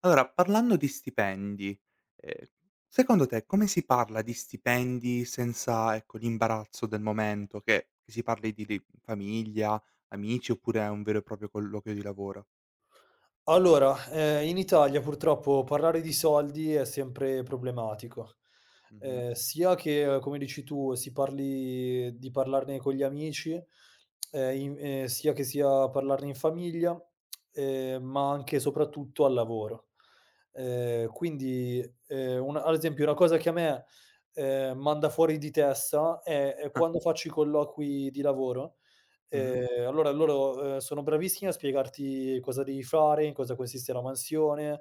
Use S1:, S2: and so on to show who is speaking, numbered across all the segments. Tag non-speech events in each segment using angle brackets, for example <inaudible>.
S1: Allora, parlando di stipendi, ehm, secondo te come si parla di stipendi senza, ecco, l'imbarazzo del momento, che si parli di famiglia, amici, oppure è un vero e proprio colloquio di lavoro?
S2: Allora, in Italia purtroppo parlare di soldi è sempre problematico.
S1: Mh-mh.
S2: Sia che, come dici tu, si parli di parlarne con gli amici, in sia che sia parlarne in famiglia, ma anche e soprattutto al lavoro. Quindi, un ad esempio una cosa che a me, manda fuori di testa è
S1: Ah,
S2: quando faccio i colloqui di lavoro.
S1: mh-mh.
S2: Allora loro, sono bravissimi a spiegarti cosa devi fare, in cosa consiste la mansione,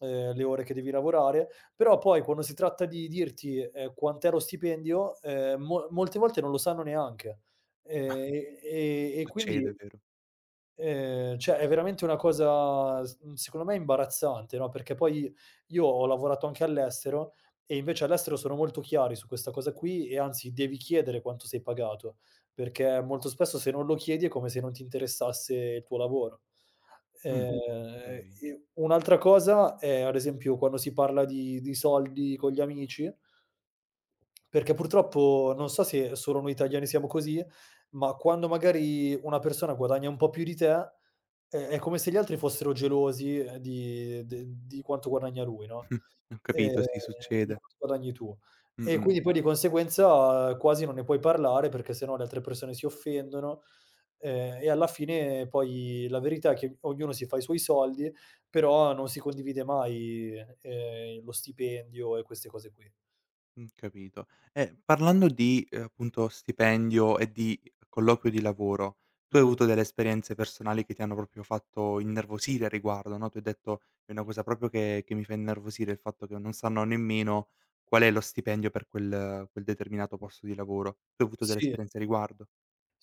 S2: le ore che devi lavorare, però poi quando si tratta di dirti, quant'è lo stipendio, mo molte volte non lo sanno neanche. Ehm, e quindi
S1: Succede, vero?
S2: cioè è veramente una cosa secondo me imbarazzante, no, perché poi io ho lavorato anche all'estero e invece all'estero sono molto chiari su questa cosa qui e anzi devi chiedere quanto sei pagato, perché molto spesso se non lo chiedi è come se non ti interessasse il tuo lavoro.
S1: Mh,
S2: Ehm,
S1: okay.
S2: e un'altra cosa è, ad esempio, quando si parla di soldi con gli amici, perché purtroppo non so se solo noi italiani siamo così, ma quando magari una persona guadagna un po' più di te, è come se gli altri fossero gelosi, di quanto guadagna lui, no,
S1: <laughs> Ho
S2: ehm,
S1: capito, sì,
S2: di
S1: succede.
S2: quanto guadagni tu.
S1: Mh,
S2: E
S1: mh.
S2: quindi poi di conseguenza quasi non ne puoi parlare, perché se no le altre persone si offendono, e alla fine poi la verità è che ognuno si fa i suoi soldi, però non si condivide mai, lo stipendio e queste cose qui.
S1: Capito. E parlando di, appunto stipendio e di colloquio di lavoro, tu hai
S2: Mh.
S1: avuto delle esperienze personali che ti hanno proprio fatto innervosire a riguardo, no, tu hai detto: "È una cosa proprio che mi fa innervosire il fatto che non sanno nemmeno qual è lo stipendio per quel determinato posto di lavoro." Tu hai avuto delle
S2: Sì.
S1: esperienze a riguardo?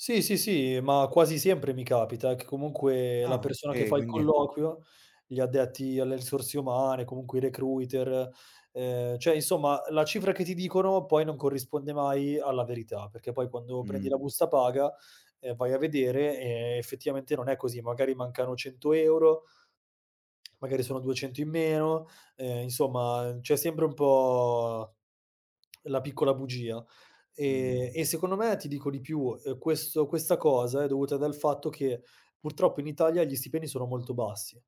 S2: Sì, sì, sì, ma quasi sempre mi capita che comunque la
S1: Ah,
S2: persona che
S1: okay,
S2: fa il
S1: quindi
S2: colloquio, gli addetti alle risorse umane, comunque i recruiter, cioè insomma la cifra che ti dicono poi non corrisponde mai alla verità, perché poi quando prendi
S1: mh,
S2: la busta paga, vai a vedere e effettivamente non è così, magari mancano 100 €, Magari sono 200 in meno, insomma c'è sempre un po' la piccola bugia.
S1: mh,
S2: E secondo me, ti dico di più, questo questa cosa è dovuta dal fatto che purtroppo in Italia gli stipendi sono molto bassi.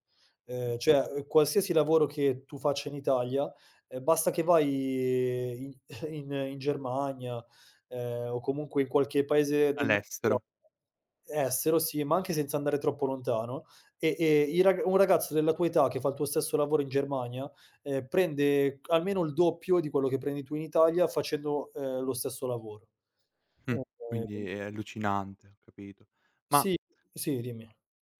S1: mh.
S2: Cioè, qualsiasi lavoro che tu faccia in Italia, basta che vai in <laughs> in in Germania, o comunque in qualche paese del nord Europa
S1: All'estero.
S2: estero, sì, ma anche senza andare troppo lontano e i rag un ragazzo della tua età che fa il tuo stesso lavoro in Germania, prende almeno il doppio di quello che prendi tu in Italia facendo, lo stesso lavoro.
S1: Mh, quindi
S2: Ehm
S1: è allucinante, ho capito. Ma
S2: sì, sì, dimmi.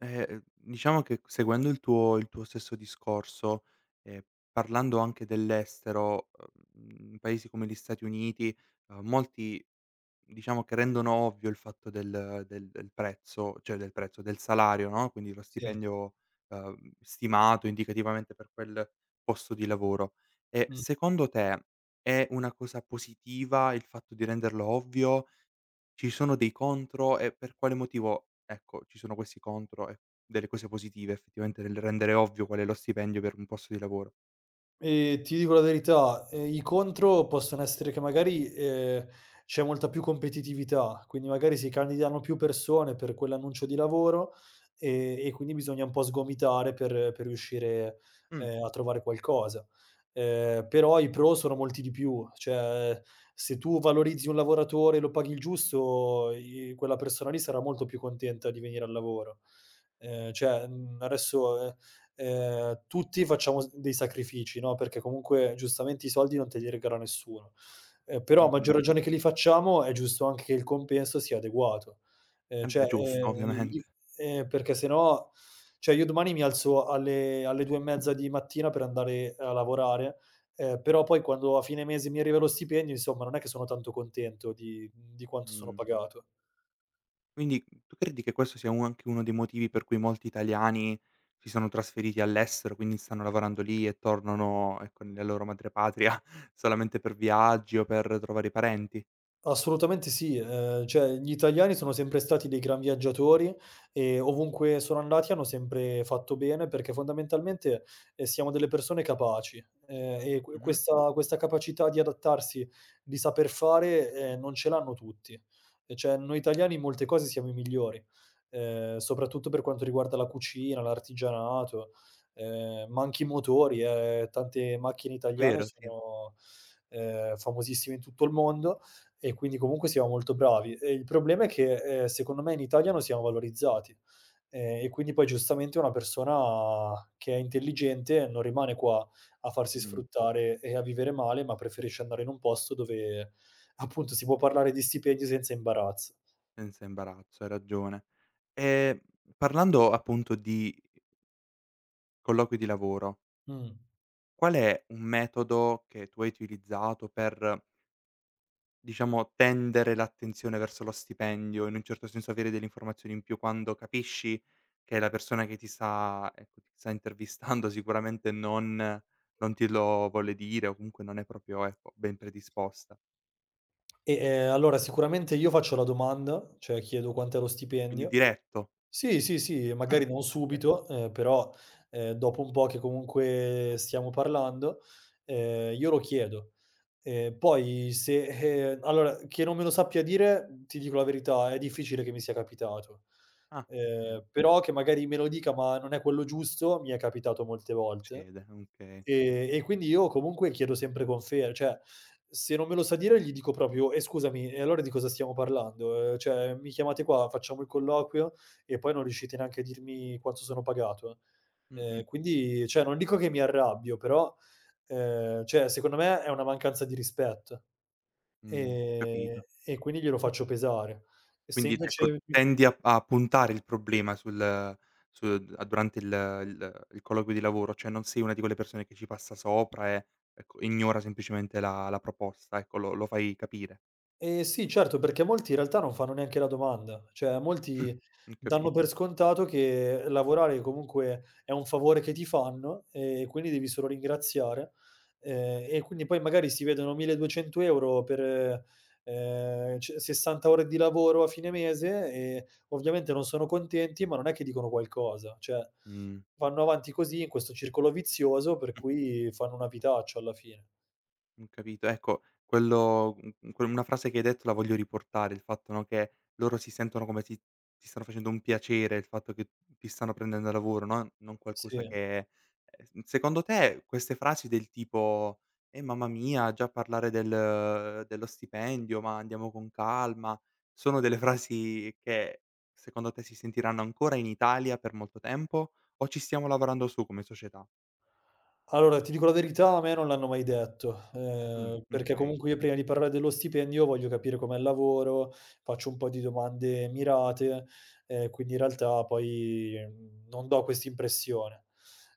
S1: eh, diciamo che, seguendo il tuo stesso discorso, e parlando anche dell'estero, in paesi come gli Stati Uniti, molti diciamo che rendono ovvio il fatto del prezzo, cioè del prezzo, del salario, no, quindi lo
S2: Sì.
S1: stipendio, stimato indicativamente per quel posto di lavoro. E
S2: Mh.
S1: secondo te è una cosa positiva il fatto di renderlo ovvio? Ci sono dei contro e per quale motivo, ecco, ci sono questi contro e delle cose positive effettivamente nel rendere ovvio qual è lo stipendio per un posto di lavoro?
S2: Ti dico la verità, i contro possono essere che magari, c'è molta più competitività, quindi magari si candidano più persone per quell'annuncio di lavoro, e quindi bisogna un po' sgomitare per riuscire,
S1: Mh.
S2: a trovare qualcosa. Però i pro sono molti di più, cioè se tu valorizzi un lavoratore e lo paghi il giusto, i quella persona lì sarà molto più contenta di venire al lavoro. Adesso, tutti facciamo s dei sacrifici, no, perché comunque giustamente i soldi non te li regala nessuno. Però a
S1: Mh-mh.
S2: maggior ragione che li facciamo è giusto anche che il compenso sia adeguato.
S1: Eh beh,
S2: Cioè,
S1: giusto ovviamente.
S2: i perché se no cioè io domani mi alzo alle 2 e mezza di mattina per andare a lavorare, però poi quando a fine mese mi arriva lo stipendio, insomma, non è che sono tanto contento di quanto sono
S1: Mh,
S2: pagato.
S1: quindi tu credi che questo sia u anche uno dei motivi per cui molti italiani si sono trasferiti all'estero, quindi stanno lavorando lì e tornano, ecco, nella loro madrepatria <laughs> solamente per viaggi o per trovare i parenti?
S2: Assolutamente sì, cioè gli italiani sono sempre stati dei gran viaggiatori e ovunque sono andati hanno sempre fatto bene, perché fondamentalmente, siamo delle persone capaci, ehm, e que
S1: Mh-mh.
S2: questa questa capacità di adattarsi, di saper fare, non ce l'hanno tutti. E cioè noi italiani in molte cose siamo i migliori, soprattutto per quanto riguarda la cucina, l'artigianato, ma anche i motori, tante macchine italiane
S1: Vero, sì.
S2: sono, famosissime in tutto il mondo. E quindi comunque siamo molto bravi. E il problema è che, secondo me in Italia non siamo valorizzati, e quindi poi giustamente una persona che è intelligente non rimane qua a farsi
S1: Mh.
S2: sfruttare e a vivere male, ma preferisce andare in un posto dove <laughs> appunto si può parlare di stipendi senza imbarazzo.
S1: Senza imbarazzo, hai ragione. Ehm, Parlando appunto di colloqui di lavoro,
S2: Mh.
S1: qual è un metodo che tu hai utilizzato per, diciamo, tendere l'attenzione verso lo stipendio, in un certo senso avere delle informazioni in più quando capisci che la persona che ti sta, ecco, ti sta intervistando <laughs> sicuramente non te lo vuole dire, o comunque non è proprio, ecco, ben predisposta?
S2: E, allora sicuramente io faccio la domanda, cioè chiedo quant'è lo
S1: Quindi
S2: stipendio.
S1: diretto.
S2: Sì, sì, sì,
S1: Mh,
S2: magari non
S1: okay.
S2: subito, però, dopo un po' che comunque stiamo parlando, io lo chiedo. Poi se allora che non me lo sappia dire, ti dico la verità, è difficile che mi sia capitato.
S1: Ah, okay.
S2: Però che magari me lo dica, ma non è quello giusto, mi è capitato molte volte.
S1: Succede, okay.
S2: E quindi io comunque chiedo sempre confer cioè se non me lo sa dire gli dico proprio: "E scusami, e allora di cosa stiamo parlando? Cioè mi chiamate qua, facciamo il colloquio e poi non riuscite neanche a dirmi quanto sono pagato?"
S1: Mh, mh,
S2: Quindi cioè non dico che mi arrabbio, però cioè secondo me è una mancanza di rispetto, ehm,
S1: Capito.
S2: e quindi glielo faccio pesare. Se
S1: Quindi, ecco,
S2: invece mi
S1: tendi a puntare il problema sul sul a durante il colloquio di lavoro, cioè non sei una di quelle persone che ci passa sopra e, ecco, ignora semplicemente la proposta, ecco, lo fai capire.
S2: Sì, certo, perché molti in realtà non fanno neanche la domanda. Cioè,
S1: <clears throat>
S2: molti
S1: Ho
S2: danno
S1: capi
S2: per scontato che lavorare comunque è un favore che ti fanno e quindi devi solo ringraziare, e quindi poi magari si vedono 1.200 € per, c 60 ore di lavoro a fine mese e ovviamente non sono contenti, ma non è che dicono qualcosa, cioè
S1: mh.
S2: vanno avanti così in questo circolo vizioso per cui fanno una vitaccia alla fine.
S1: Capito. Ecco, quello mhmm, que una frase che hai detto la voglio riportare, il fatto, no, che loro si sentono come, ti stanno facendo un piacere, il fatto che ti stanno prendendo a lavoro, no, non qualcosa
S2: Sì.
S1: che, Secondo te queste frasi del tipo: mamma mia, già parlare dello stipendio, ma andiamo con calma", sono delle frasi che, secondo te, si sentiranno ancora in Italia per molto tempo, o ci stiamo lavorando su come società?
S2: Allora, ti dico la verità, a me non l'hanno mai detto, perché okay,
S1: Okay.
S2: comunque io prima di parlare dello stipendio voglio capire com'è il lavoro, faccio un po' di domande mirate, quindi in realtà poi, non do quest'impressione.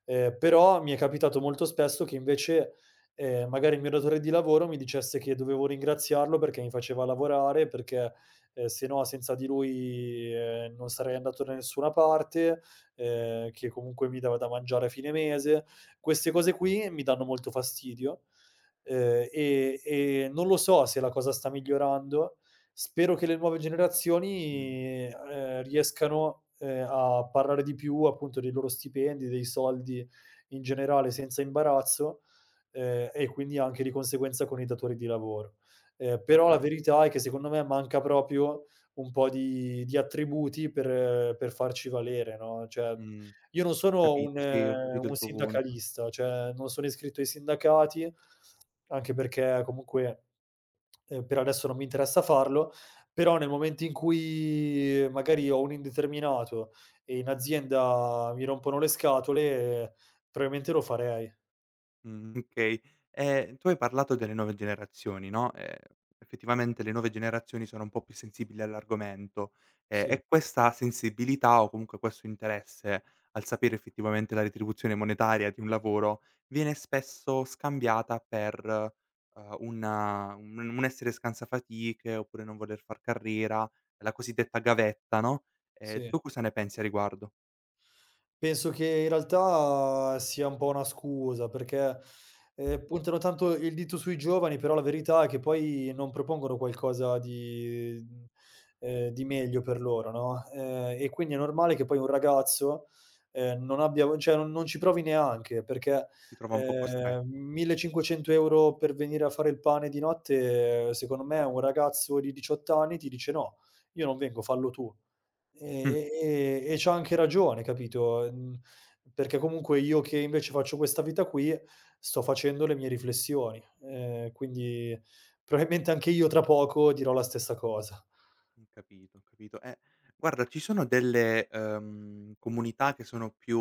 S2: Però mi è capitato molto spesso che invece, magari il mio datore di lavoro mi dicesse che dovevo ringraziarlo perché mi faceva lavorare, perché, se no senza di lui, non sarei andato da nessuna parte, che comunque mi dava da mangiare a fine mese. Queste cose qui mi danno molto fastidio, e non lo so se la cosa sta migliorando. Spero che le nuove
S1: Mh,
S2: generazioni, riescano, a parlare di più, appunto, dei loro stipendi, dei soldi in generale senza imbarazzo, e quindi anche di conseguenza con i datori di lavoro. Però
S1: guarda,
S2: la verità è che secondo me manca proprio un po' di attributi per farci valere, no, cioè
S1: mh.
S2: io non sono
S1: Capito, sì, ho capito
S2: un
S1: il tuo punto.
S2: sindacalista, cioè non sono iscritto ai sindacati, anche perché comunque, per adesso non mi interessa farlo, però nel momento in cui magari ho un indeterminato e in azienda mi rompono le scatole, eh, probabilmente lo farei.
S1: Okay. Tu hai parlato delle nuove generazioni, no, effettivamente le nuove generazioni sono un po' più sensibili all'argomento,
S2: Sì,
S1: e questa sensibilità, o comunque questo interesse al sapere effettivamente la retribuzione monetaria di un lavoro, viene spesso scambiata per, una, un essere scansafatiche, oppure non voler far carriera, la cosiddetta gavetta, no,
S2: sì.
S1: tu cosa ne pensi a riguardo?
S2: Penso che in realtà sia un po' una scusa, perché, puntano tanto il dito sui giovani, però la verità è che poi non propongono qualcosa di di meglio per loro, no, e quindi è normale che poi un ragazzo, non abbia v cioè non ci provi neanche, perché,
S1: Ti trova un po'
S2: ehm,
S1: costretto.
S2: 1.500 € per venire a fare il pane di notte, secondo me un ragazzo di 18 anni ti dice: "No, io non vengo, fallo tu". E
S1: <laughs>
S2: e e c'ha anche ragione, capito, perché comunque io che invece faccio questa vita qui, sto facendo le mie riflessioni, quindi probabilmente anche io tra poco dirò la stessa cosa.
S1: Capito, ho capito. Guarda, ci sono delle, comunità che sono più,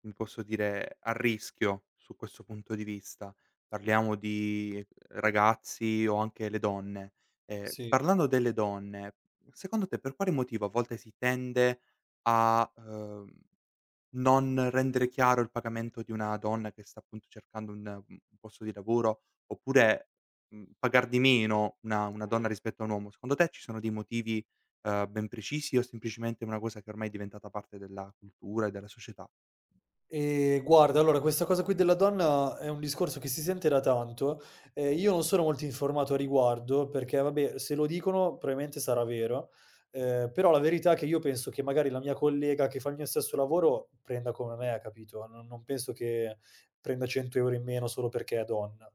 S1: come posso dire, a rischio su questo punto di vista. Parliamo di, ragazzi o anche le donne.
S2: Sì.
S1: Parlando delle donne, secondo te per quale motivo a volte si tende a, non rendere chiaro il pagamento di una donna che sta appunto cercando un posto di lavoro, oppure, pagar di meno una donna rispetto a un uomo? Secondo te ci sono dei motivi, ben precisi, o semplicemente è una cosa che ormai è diventata parte della cultura e della società?
S2: E guarda, allora, questa cosa qui della donna è un discorso che si sente da tanto. Io non sono molto informato a riguardo perché, vabbè, se lo dicono probabilmente sarà vero, però la verità è che io penso che magari la mia collega che fa il mio stesso lavoro prenda come me, capito? Non penso che prenda 100 € in meno solo perché è donna.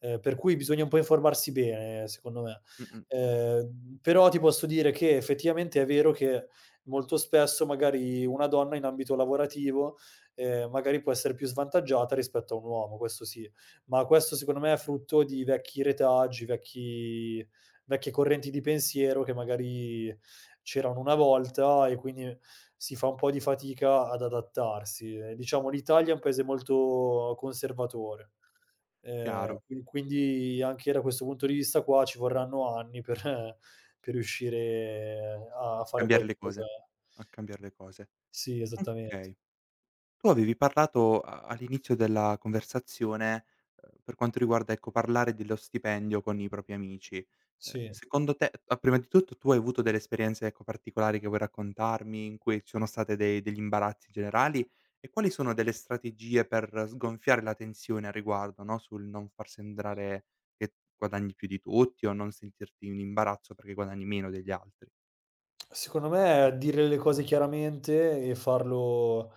S2: Per cui bisogna un po' informarsi bene, secondo me.
S1: Mh-mh.
S2: Però ti posso dire che effettivamente è vero che molto spesso magari una donna in ambito lavorativo, magari può essere più svantaggiata rispetto a un uomo, questo sì. Ma questo secondo me è frutto di vecchi retaggi, vecchie correnti di pensiero che magari c'erano una volta e quindi si fa un po' di fatica ad adattarsi. Diciamo l'Italia è un paese molto conservatore,
S1: Chiaro,
S2: qui quindi anche da questo punto di vista qua ci vorranno anni per <laughs> per riuscire a fare
S1: cambiare le
S2: qualcosa,
S1: cose. A cambiare le cose.
S2: sì, esattamente.
S1: Okay. Tu avevi parlato a all'inizio della conversazione, per quanto riguarda, ecco, parlare dello stipendio con i propri amici.
S2: Sì.
S1: Secondo te, a prima di tutto, tu hai avuto delle esperienze, ecco, particolari che vuoi raccontarmi, in cui ci sono state dei degli imbarazzi generali? E quali sono delle strategie per sgonfiare la tensione a riguardo, no, sul non far sembrare che guadagni più di tutti o non sentirti in imbarazzo perché guadagni meno degli altri?
S2: Secondo me dire le cose chiaramente e farlo,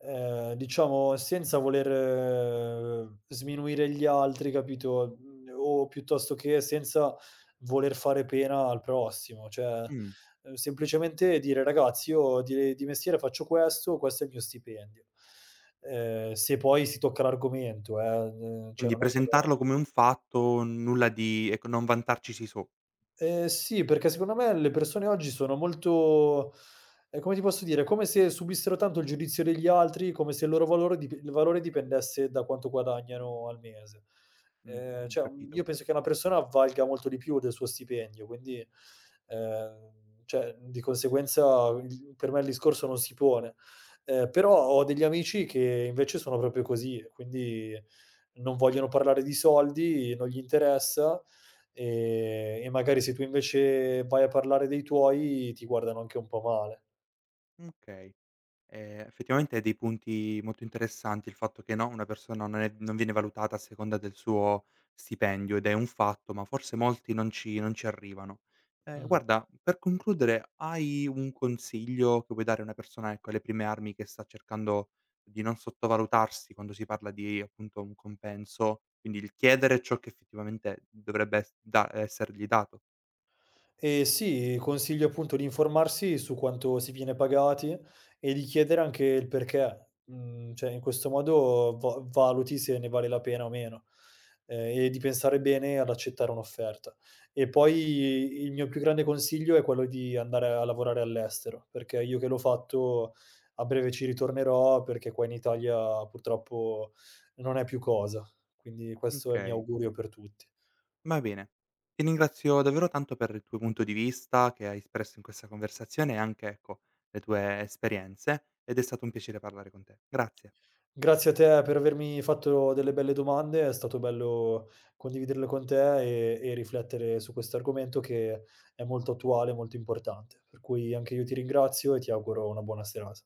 S2: diciamo senza voler sminuire gli altri, capito, o piuttosto che senza voler fare pena al prossimo. Cioè,
S1: Mh,
S2: semplicemente dire: "Ragazzi, io di mestiere faccio questo, questo è il mio stipendio". Se poi si tocca l'argomento, n cioè
S1: quindi
S2: non è che
S1: presentarlo come un fatto, nulla di, ecco, non vantarcisi
S2: Sì, perché secondo me le persone oggi sono molto come ti posso dire, come se subissero tanto il giudizio degli altri, come se il valore dipendesse da quanto guadagnano al mese.
S1: Mh, ho
S2: Io
S1: capito.
S2: penso che una persona valga molto di più del suo stipendio, quindi, ehm, cioè, di conseguenza il per me il discorso non si pone. Però ho degli amici che invece sono proprio così, quindi non vogliono parlare di soldi, non gli interessa. E magari se tu invece vai a parlare dei tuoi, ti guardano anche un po' male.
S1: Okay. Effettivamente hai dei punti molto interessanti, il fatto che, no, una persona non viene valutata a seconda del suo stipendio, ed è un fatto, ma forse molti non ci arrivano.
S2: Mh.
S1: Guarda, per concludere, hai un consiglio che vuoi dare a una persona, ecco, alle prime armi, che sta cercando di non sottovalutarsi quando si parla di, appunto, un compenso, quindi il chiedere ciò che effettivamente dovrebbe es da essergli dato?
S2: Sì, consiglio appunto di informarsi su quanto si viene pagati e di chiedere anche il perché. Mhmm, cioè in questo modo va valuti se ne vale la pena o meno, e di pensare bene ad accettare un'offerta. E poi il mio più grande consiglio è quello di andare a lavorare all'estero, perché io che l'ho fatto a breve ci ritornerò, perché qua in Italia purtroppo non è più cosa. Quindi questo è il mio
S1: Okay.
S2: augurio per tutti.
S1: Va bene. Ti ringrazio davvero tanto per il tuo punto di vista che hai espresso in questa conversazione, e anche, ecco, le tue esperienze. Ed è stato un piacere parlare con te. Grazie.
S2: Grazie a te per avermi fatto delle belle domande, è stato bello condividerle con te e riflettere su questo argomento che è molto attuale e molto importante. Per cui anche io ti ringrazio e ti auguro una buona serata.